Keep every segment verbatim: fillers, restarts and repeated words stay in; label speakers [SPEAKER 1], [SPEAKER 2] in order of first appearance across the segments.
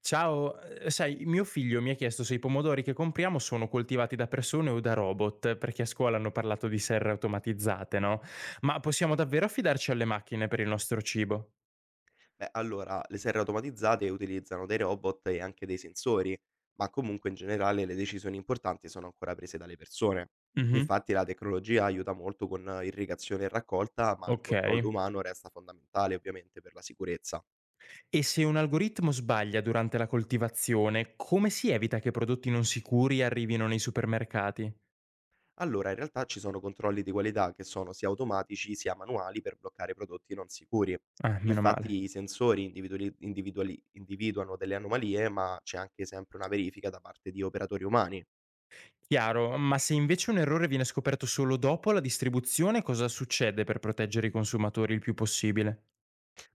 [SPEAKER 1] Ciao, ehm, sai, mio figlio mi ha chiesto se i pomodori che compriamo sono coltivati da persone o da robot, perché a scuola hanno parlato di serre automatizzate, no? Ma possiamo davvero affidarci alle macchine per il nostro cibo?
[SPEAKER 2] Beh, allora, le serre automatizzate utilizzano dei robot e anche dei sensori, ma comunque in generale le decisioni importanti sono ancora prese dalle persone.
[SPEAKER 1] Mh-mh,
[SPEAKER 2] Infatti la tecnologia aiuta molto con eh, irrigazione e raccolta, ma il controllo
[SPEAKER 1] ok.
[SPEAKER 2] umano resta fondamentale ovviamente per la sicurezza.
[SPEAKER 1] E se un algoritmo sbaglia durante la coltivazione, come si evita che prodotti non sicuri arrivino nei supermercati?
[SPEAKER 2] Allora, in realtà ci sono controlli di qualità che sono sia automatici sia manuali per bloccare prodotti non sicuri.
[SPEAKER 1] Ah, meno male.
[SPEAKER 2] Infatti i sensori individuali- individuali- individuano delle anomalie, ma c'è anche sempre una verifica da parte di operatori umani.
[SPEAKER 1] Chiaro, ma se invece un errore viene scoperto solo dopo la distribuzione, cosa succede per proteggere i consumatori il più possibile?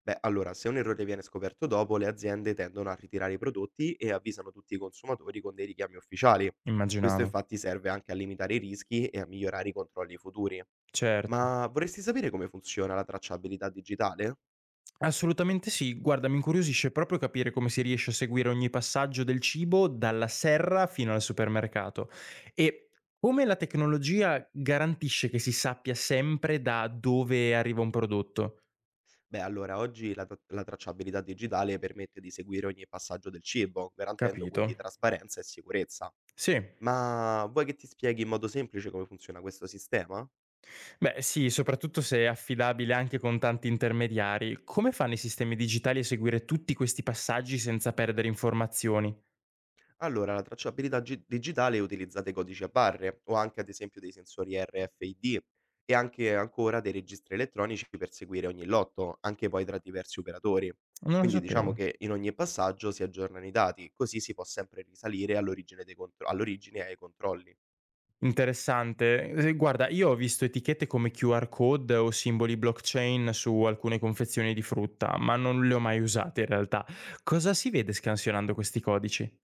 [SPEAKER 2] Beh, allora, se un errore viene scoperto dopo, le aziende tendono a ritirare i prodotti e avvisano tutti i consumatori con dei richiami ufficiali. Questo
[SPEAKER 1] Immaginavo.
[SPEAKER 2] infatti serve anche a limitare i rischi e a migliorare i controlli futuri.
[SPEAKER 1] Certo.
[SPEAKER 2] Ma vorresti sapere come funziona la tracciabilità digitale?
[SPEAKER 1] Assolutamente sì. Guarda, mi incuriosisce proprio capire come si riesce a seguire ogni passaggio del cibo dalla serra fino al supermercato e come la tecnologia garantisce che si sappia sempre da dove arriva un prodotto.
[SPEAKER 2] Beh, allora, oggi la, tra- la tracciabilità digitale permette di seguire ogni passaggio del cibo, garantendo
[SPEAKER 1] Capito.
[SPEAKER 2] quindi trasparenza e sicurezza.
[SPEAKER 1] Sì.
[SPEAKER 2] Ma vuoi che ti spieghi in modo semplice come funziona questo sistema?
[SPEAKER 1] Beh, sì, soprattutto se è affidabile anche con tanti intermediari. Come fanno i sistemi digitali a seguire tutti questi passaggi senza perdere informazioni?
[SPEAKER 2] Allora, la tracciabilità gi- digitale utilizzate codici a barre o anche ad esempio dei sensori erre effe i di e anche ancora dei registri elettronici per seguire ogni lotto, anche poi tra diversi operatori.
[SPEAKER 1] Non lo
[SPEAKER 2] Quindi
[SPEAKER 1] sapevo.
[SPEAKER 2] diciamo che in ogni passaggio si aggiornano i dati, così si può sempre risalire all'origine dei contro- all'origine e ai controlli.
[SPEAKER 1] Interessante. Ehm, guarda, io ho visto etichette come Q R code o simboli blockchain su alcune confezioni di frutta, ma non le ho mai usate in realtà. Cosa si vede scansionando questi codici?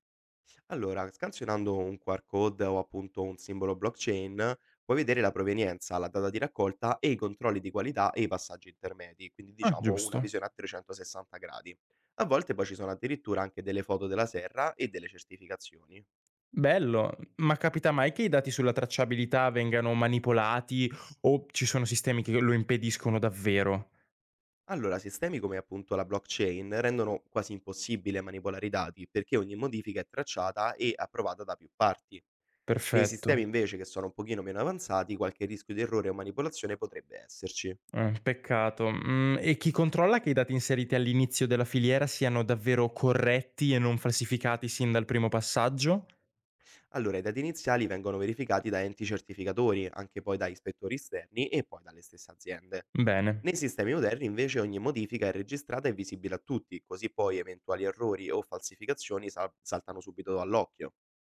[SPEAKER 2] Allora, scansionando un qu erre code o appunto un simbolo blockchain, puoi vedere la provenienza, la data di raccolta e i controlli di qualità e i passaggi intermedi, quindi
[SPEAKER 1] Ah,
[SPEAKER 2] diciamo una
[SPEAKER 1] giusto.
[SPEAKER 2] visione a trecentosessanta gradi. A volte poi ci sono addirittura anche delle foto della serra e delle certificazioni.
[SPEAKER 1] Bello, ma capita mai che i dati sulla tracciabilità vengano manipolati o ci sono sistemi che lo impediscono davvero?
[SPEAKER 2] Allora, sistemi come appunto la blockchain rendono quasi impossibile manipolare i dati perché ogni modifica è tracciata e approvata da più parti. Nei sistemi
[SPEAKER 1] Perfetto.
[SPEAKER 2] invece che sono un pochino meno avanzati, qualche rischio di errore o manipolazione potrebbe esserci.
[SPEAKER 1] Eh, peccato. Mm, e chi controlla che i dati inseriti all'inizio della filiera siano davvero corretti e non falsificati sin dal primo passaggio?
[SPEAKER 2] Allora, i dati iniziali vengono verificati da enti certificatori, anche poi da ispettori esterni e poi dalle stesse aziende.
[SPEAKER 1] Bene,
[SPEAKER 2] Nei sistemi moderni invece ogni modifica è registrata e visibile a tutti, così poi eventuali errori o falsificazioni sal- saltano subito all'occhio.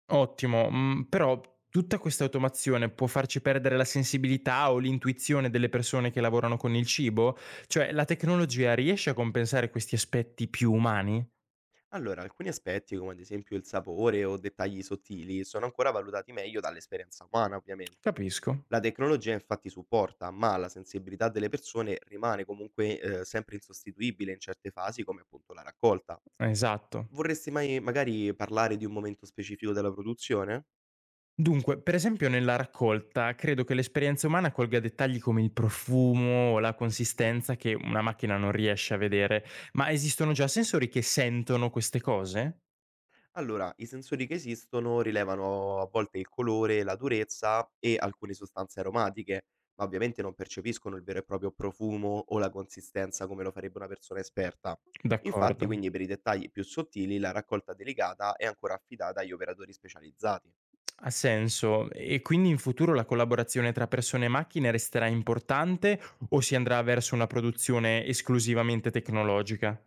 [SPEAKER 1] ottimo. Mhmm, però tutta questa automazione può farci perdere la sensibilità o l'intuizione delle persone che lavorano con il cibo? Cioè, la tecnologia riesce a compensare questi aspetti più umani?
[SPEAKER 2] Allora, alcuni aspetti, come ad esempio il sapore o dettagli sottili, sono ancora valutati meglio dall'esperienza umana, ovviamente.
[SPEAKER 1] Capisco,
[SPEAKER 2] La tecnologia infatti supporta, ma la sensibilità delle persone rimane comunque eh, sempre insostituibile in certe fasi come appunto la raccolta.
[SPEAKER 1] esatto.
[SPEAKER 2] Vorresti mai magari parlare di un momento specifico della produzione?
[SPEAKER 1] Dunque, per esempio nella raccolta, credo che l'esperienza umana colga dettagli come il profumo o la consistenza che una macchina non riesce a vedere, ma esistono già sensori che sentono queste cose?
[SPEAKER 2] Allora, i sensori che esistono rilevano a volte il colore, la durezza e alcune sostanze aromatiche, ma ovviamente non percepiscono il vero e proprio profumo o la consistenza come lo farebbe una persona esperta. Infatti,
[SPEAKER 1] D'accordo.
[SPEAKER 2] quindi per i dettagli più sottili, la raccolta delicata è ancora affidata agli operatori specializzati.
[SPEAKER 1] Ha senso. E quindi in futuro la collaborazione tra persone e macchine resterà importante o si andrà verso una produzione esclusivamente tecnologica?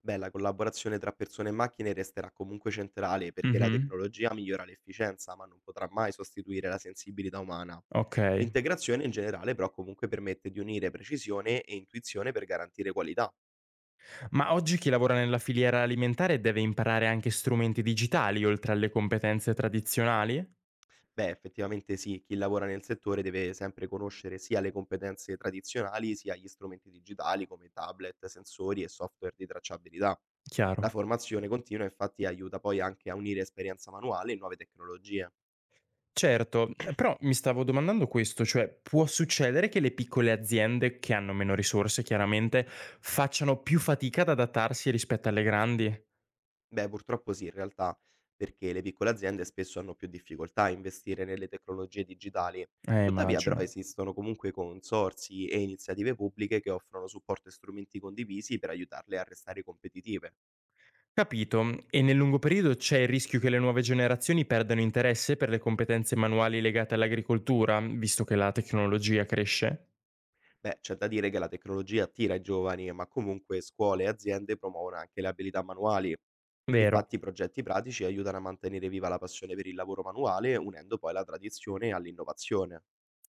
[SPEAKER 2] Beh, la collaborazione tra persone e macchine resterà comunque centrale perché la
[SPEAKER 1] Mhm,
[SPEAKER 2] tecnologia migliora l'efficienza, ma non potrà mai sostituire la sensibilità umana.
[SPEAKER 1] ok.
[SPEAKER 2] L'integrazione in generale però comunque permette di unire precisione e intuizione per garantire qualità.
[SPEAKER 1] Ma oggi chi lavora nella filiera alimentare deve imparare anche strumenti digitali oltre alle competenze tradizionali?
[SPEAKER 2] Beh, effettivamente sì, chi lavora nel settore deve sempre conoscere sia le competenze tradizionali sia gli strumenti digitali come tablet, sensori e software di tracciabilità.
[SPEAKER 1] Chiaro.
[SPEAKER 2] La formazione continua infatti aiuta poi anche a unire esperienza manuale e nuove tecnologie.
[SPEAKER 1] Certo, però mi stavo domandando questo, cioè può succedere che le piccole aziende, che hanno meno risorse chiaramente, facciano più fatica ad adattarsi rispetto alle grandi?
[SPEAKER 2] Beh, purtroppo sì, in realtà, perché le piccole aziende spesso hanno più difficoltà a investire nelle tecnologie digitali.
[SPEAKER 1] Eh,
[SPEAKER 2] Tuttavia,
[SPEAKER 1] immagino.
[SPEAKER 2] però, esistono comunque consorzi e iniziative pubbliche che offrono supporto e strumenti condivisi per aiutarle a restare competitive.
[SPEAKER 1] Capito. E nel lungo periodo c'è il rischio che le nuove generazioni perdano interesse per le competenze manuali legate all'agricoltura, visto che la tecnologia cresce?
[SPEAKER 2] Beh, c'è da dire che la tecnologia attira i giovani, ma comunque scuole e aziende promuovono anche le abilità manuali.
[SPEAKER 1] Vero,
[SPEAKER 2] Infatti, i progetti pratici aiutano a mantenere viva la passione per il lavoro manuale, unendo poi la tradizione all'innovazione.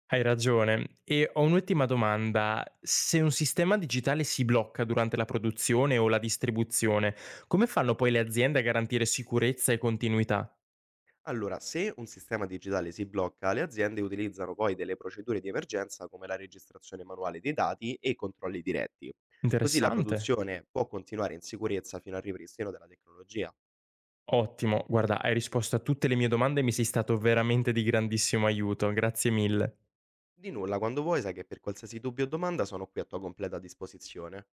[SPEAKER 1] hai ragione. E ho un'ultima domanda. Se un sistema digitale si blocca durante la produzione o la distribuzione, come fanno poi le aziende a garantire sicurezza e continuità?
[SPEAKER 2] Allora, se un sistema digitale si blocca, le aziende utilizzano poi delle procedure di emergenza come la registrazione manuale dei dati e i controlli diretti. Così la
[SPEAKER 1] Interessante.
[SPEAKER 2] produzione può continuare in sicurezza fino al ripristino della tecnologia.
[SPEAKER 1] Ottimo, guarda, hai risposto a tutte le mie domande e mi sei stato veramente di grandissimo aiuto. Grazie mille.
[SPEAKER 2] Di nulla, quando vuoi, sai che per qualsiasi dubbio o domanda sono qui a tua completa disposizione.